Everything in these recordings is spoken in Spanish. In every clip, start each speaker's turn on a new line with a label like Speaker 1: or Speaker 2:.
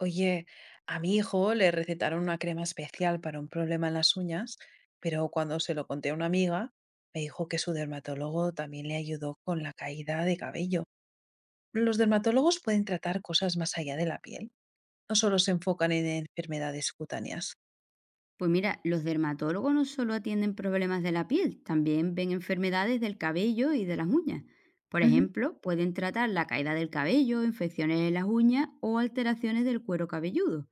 Speaker 1: Oye, a mi hijo le recetaron una crema especial para un problema en las uñas, pero cuando se lo conté a una amiga, me dijo que su dermatólogo también le ayudó con la caída de cabello. Los dermatólogos pueden tratar cosas más allá de la piel, no solo se enfocan en enfermedades cutáneas.
Speaker 2: Pues mira, los dermatólogos no solo atienden problemas de la piel, también ven enfermedades del cabello y de las uñas. Por
Speaker 1: Ujú.
Speaker 2: ejemplo, pueden tratar la caída del cabello, infecciones en las uñas o alteraciones del cuero cabelludo.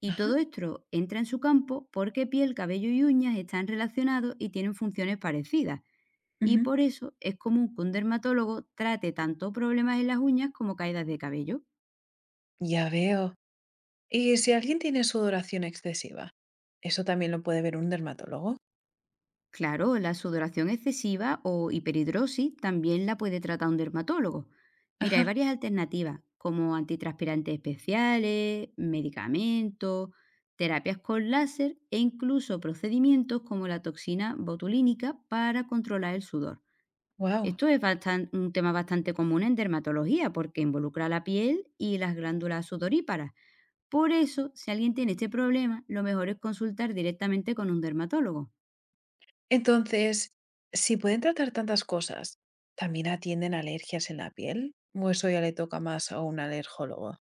Speaker 2: Y
Speaker 1: Ajá.
Speaker 2: todo esto entra en su campo porque piel, cabello y uñas están relacionados y tienen funciones parecidas. Y
Speaker 1: Ujú.
Speaker 2: por eso es común que un dermatólogo trate tanto problemas en las uñas como caídas de cabello.
Speaker 1: Ya veo. ¿Y si alguien tiene sudoración excesiva? ¿Eso también lo puede ver un dermatólogo?
Speaker 2: Claro, la sudoración excesiva o hiperhidrosis también la puede tratar un dermatólogo. Mira, hay
Speaker 1: Ajá.
Speaker 2: varias alternativas, como antitranspirantes especiales, medicamentos, terapias con láser e incluso procedimientos como la toxina botulínica para controlar el sudor.
Speaker 1: Wow.
Speaker 2: Un tema bastante común en dermatología porque involucra la piel y las glándulas sudoríparas. Por eso, si alguien tiene este problema, lo mejor es consultar directamente con un dermatólogo.
Speaker 1: Entonces, si pueden tratar tantas cosas, ¿también atienden alergias en la piel? ¿O eso ya le toca más a un alergólogo?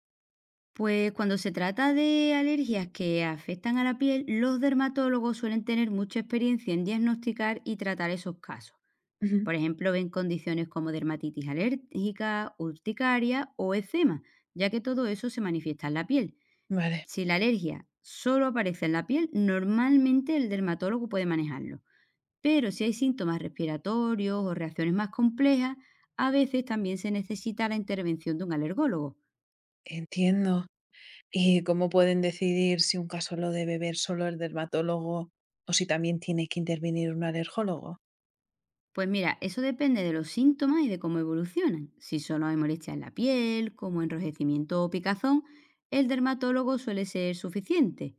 Speaker 2: Pues cuando se trata de alergias que afectan a la piel, los dermatólogos suelen tener mucha experiencia en diagnosticar y tratar esos casos.
Speaker 1: Ujú.
Speaker 2: Por ejemplo, ven condiciones como dermatitis alérgica, urticaria o eczema, ya que todo eso se manifiesta en la piel.
Speaker 1: Vale,
Speaker 2: Si la alergia solo aparece en la piel, normalmente el dermatólogo puede manejarlo. Pero si hay síntomas respiratorios o reacciones más complejas, a veces también se necesita la intervención de un alergólogo.
Speaker 1: entiendo. ¿Y cómo pueden decidir si un caso lo debe ver solo el dermatólogo o si también tiene que intervenir un alergólogo?
Speaker 2: Pues mira, eso depende de los síntomas y de cómo evolucionan. Si solo hay molestias en la piel, como enrojecimiento o picazón, el dermatólogo suele ser suficiente.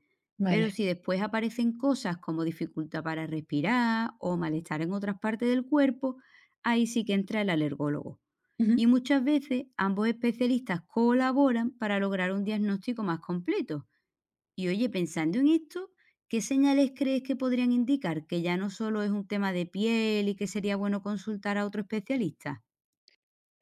Speaker 2: Pero
Speaker 1: Vale.
Speaker 2: si después aparecen cosas como dificultad para respirar o malestar en otras partes del cuerpo, ahí sí que entra el alergólogo.
Speaker 1: Ujú.
Speaker 2: Y muchas veces ambos especialistas colaboran para lograr un diagnóstico más completo. Y oye, pensando en esto, ¿qué señales crees que podrían indicar que ya no solo es un tema de piel y que sería bueno consultar a otro especialista?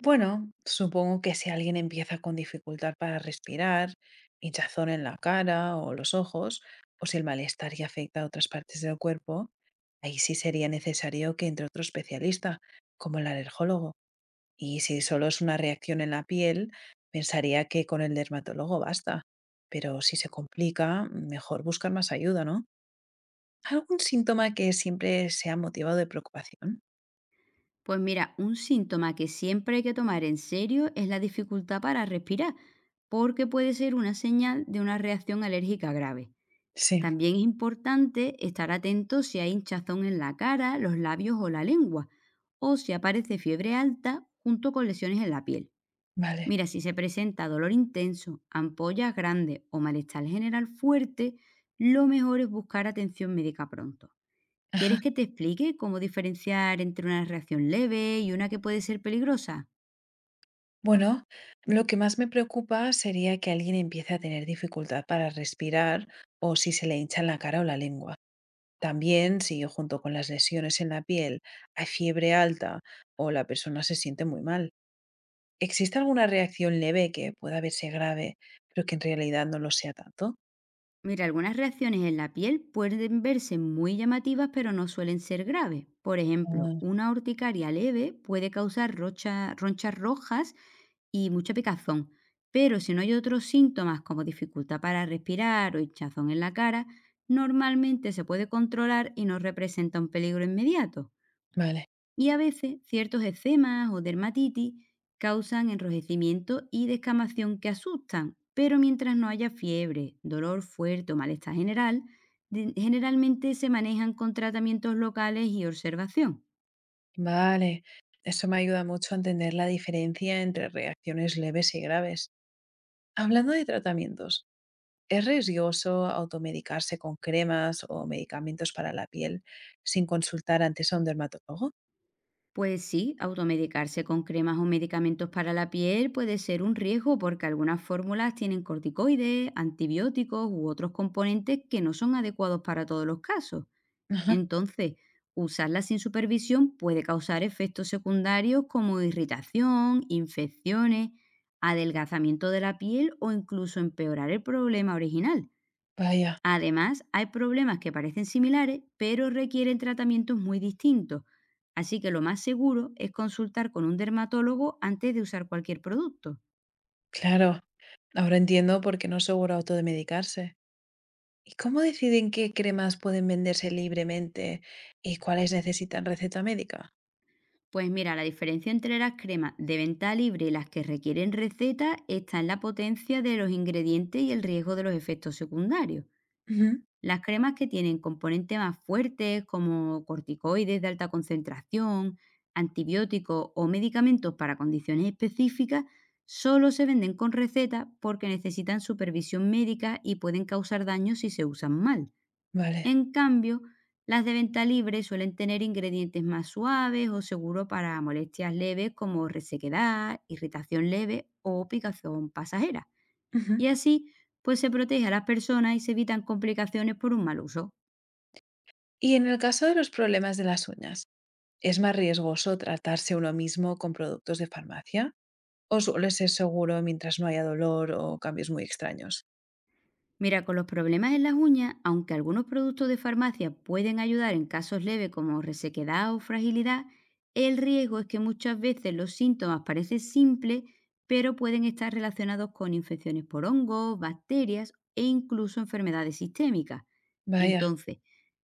Speaker 1: Bueno, supongo que si alguien empieza con dificultad para respirar, hinchazón en la cara o los ojos, o si el malestar ya afecta a otras partes del cuerpo, ahí sí sería necesario que entre otro especialista, como el alergólogo. Y si solo es una reacción en la piel, pensaría que con el dermatólogo basta. Pero si se complica, mejor buscar más ayuda, ¿no? ¿Algún síntoma que siempre sea motivado de preocupación?
Speaker 2: Pues mira, un síntoma que siempre hay que tomar en serio es la dificultad para respirar, porque puede ser una señal de una reacción alérgica grave.
Speaker 1: Sí.
Speaker 2: También es importante estar atento si hay hinchazón en la cara, los labios o la lengua, o si aparece fiebre alta junto con lesiones en la piel.
Speaker 1: Vale.
Speaker 2: Mira, si se presenta dolor intenso, ampollas grandes o malestar general fuerte, lo mejor es buscar atención médica pronto.
Speaker 1: Ajá.
Speaker 2: ¿Quieres que te explique cómo diferenciar entre una reacción leve y una que puede ser peligrosa?
Speaker 1: Bueno, lo que más me preocupa sería que alguien empiece a tener dificultad para respirar o si se le hincha la cara o la lengua. También si junto con las lesiones en la piel hay fiebre alta o la persona se siente muy mal. ¿Existe alguna reacción leve que pueda verse grave, pero que en realidad no lo sea tanto?
Speaker 2: Mira, algunas reacciones en la piel pueden verse muy llamativas, pero no suelen ser graves. Por ejemplo,
Speaker 1: Ah.
Speaker 2: una urticaria leve puede causar ronchas rojas y mucha picazón, pero si no hay otros síntomas como dificultad para respirar o hinchazón en la cara, normalmente se puede controlar y no representa un peligro inmediato.
Speaker 1: Vale,
Speaker 2: Y a veces ciertos eczemas o dermatitis causan enrojecimiento y descamación que asustan, pero mientras no haya fiebre, dolor fuerte o malestar general, generalmente se manejan con tratamientos locales y observación.
Speaker 1: vale. Eso me ayuda mucho a entender la diferencia entre reacciones leves y graves. Hablando de tratamientos. Es riesgoso automedicarse con cremas o medicamentos para la piel sin consultar antes a un dermatólogo.
Speaker 2: Pues sí, automedicarse con cremas o medicamentos para la piel puede ser un riesgo porque algunas fórmulas tienen corticoides, antibióticos u otros componentes que no son adecuados para todos los casos.
Speaker 1: Ajá.
Speaker 2: Entonces, usarla sin supervisión puede causar efectos secundarios como irritación, infecciones, adelgazamiento de la piel o incluso empeorar el problema original.
Speaker 1: Vaya.
Speaker 2: Además, hay problemas que parecen similares, pero requieren tratamientos muy distintos. Así que lo más seguro es consultar con un dermatólogo antes de usar cualquier producto.
Speaker 1: Claro. Ahora entiendo por qué no es seguro automedicarse. ¿Y cómo deciden qué cremas pueden venderse libremente y cuáles necesitan receta médica?
Speaker 2: Pues mira, la diferencia entre las cremas de venta libre y las que requieren receta está en la potencia de los ingredientes y el riesgo de los efectos secundarios.
Speaker 1: Ujú.
Speaker 2: Las cremas que tienen componentes más fuertes como corticoides de alta concentración, antibióticos o medicamentos para condiciones específicas solo se venden con receta porque necesitan supervisión médica y pueden causar daño si se usan mal.
Speaker 1: Vale.
Speaker 2: En cambio, las de venta libre suelen tener ingredientes más suaves o seguros para molestias leves como resequedad, irritación leve o picazón pasajera.
Speaker 1: Ujú.
Speaker 2: Y así, pues se protege a las personas y se evitan complicaciones por un mal uso.
Speaker 1: Y en el caso de los problemas de las uñas, ¿es más riesgoso tratarse uno mismo con productos de farmacia? ¿O suele ser seguro mientras no haya dolor o cambios muy extraños?
Speaker 2: Mira, con los problemas en las uñas, aunque algunos productos de farmacia pueden ayudar en casos leves como resequedad o fragilidad, el riesgo es que muchas veces los síntomas parecen simples, pero pueden estar relacionados con infecciones por hongos, bacterias e incluso enfermedades sistémicas.
Speaker 1: Vaya.
Speaker 2: Entonces,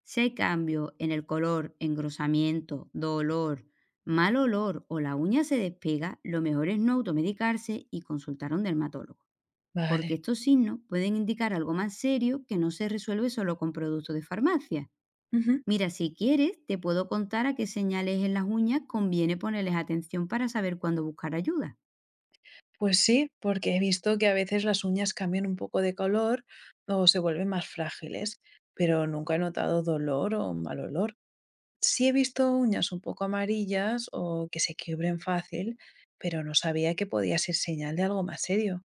Speaker 2: si hay cambios en el color, engrosamiento, dolor, mal olor o la uña se despega, lo mejor es no automedicarse y consultar a un dermatólogo,
Speaker 1: Vale.
Speaker 2: porque estos signos pueden indicar algo más serio que no se resuelve solo con productos de farmacia.
Speaker 1: Ujú.
Speaker 2: Mira, si quieres, te puedo contar a qué señales en las uñas conviene ponerles atención para saber cuándo buscar ayuda.
Speaker 1: Pues sí, porque he visto que a veces las uñas cambian un poco de color o se vuelven más frágiles, pero nunca he notado dolor o mal olor. Sí he visto uñas un poco amarillas o que se quiebren fácil, pero no sabía que podía ser señal de algo más serio.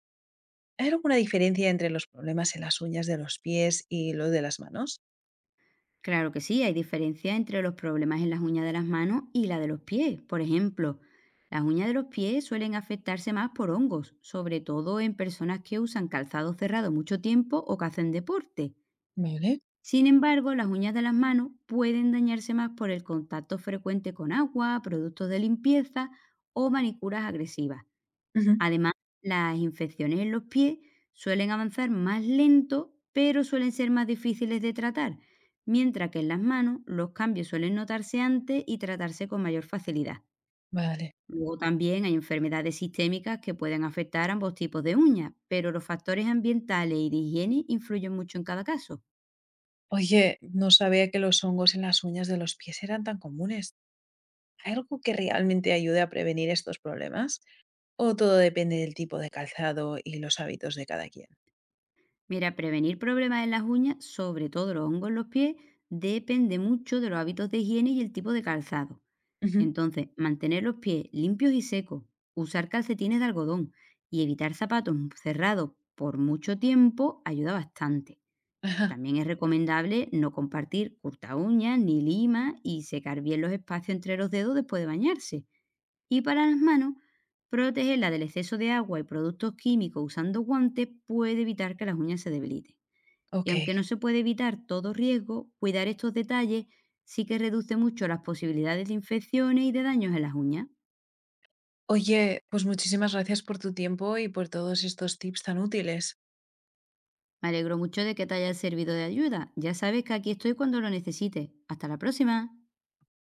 Speaker 1: ¿Hay alguna diferencia entre los problemas en las uñas de los pies y los de las manos?
Speaker 2: Claro que sí, hay diferencia entre los problemas en las uñas de las manos y la de los pies. Por ejemplo, las uñas de los pies suelen afectarse más por hongos, sobre todo en personas que usan calzado cerrado mucho tiempo o que hacen deporte.
Speaker 1: Vale.
Speaker 2: Sin embargo, las uñas de las manos pueden dañarse más por el contacto frecuente con agua, productos de limpieza o manicuras agresivas.
Speaker 1: Ujú.
Speaker 2: Además, las infecciones en los pies suelen avanzar más lento, pero suelen ser más difíciles de tratar, mientras que en las manos los cambios suelen notarse antes y tratarse con mayor facilidad.
Speaker 1: Vale.
Speaker 2: Luego también hay enfermedades sistémicas que pueden afectar ambos tipos de uñas, pero los factores ambientales y de higiene influyen mucho en cada caso.
Speaker 1: Oye, no sabía que los hongos en las uñas de los pies eran tan comunes. ¿Hay algo que realmente ayude a prevenir estos problemas? ¿O todo depende del tipo de calzado y los hábitos de cada quien?
Speaker 2: Mira, prevenir problemas en las uñas, sobre todo los hongos en los pies, depende mucho de los hábitos de higiene y el tipo de calzado.
Speaker 1: Ujú.
Speaker 2: Entonces, mantener los pies limpios y secos, usar calcetines de algodón y evitar zapatos cerrados por mucho tiempo ayuda bastante.
Speaker 1: Ajá.
Speaker 2: También es recomendable no compartir curta uñas ni lima y secar bien los espacios entre los dedos después de bañarse. Y para las manos, protegerla del exceso de agua y productos químicos usando guantes puede evitar que las uñas se debiliten. Y
Speaker 1: Ok.
Speaker 2: aunque no se puede evitar todo riesgo, cuidar estos detalles sí que reduce mucho las posibilidades de infecciones y de daños en las uñas.
Speaker 1: Oye, pues muchísimas gracias por tu tiempo y por todos estos tips tan útiles.
Speaker 2: Me alegro mucho de que te haya servido de ayuda. Ya sabes que aquí estoy cuando lo necesites. Hasta la próxima.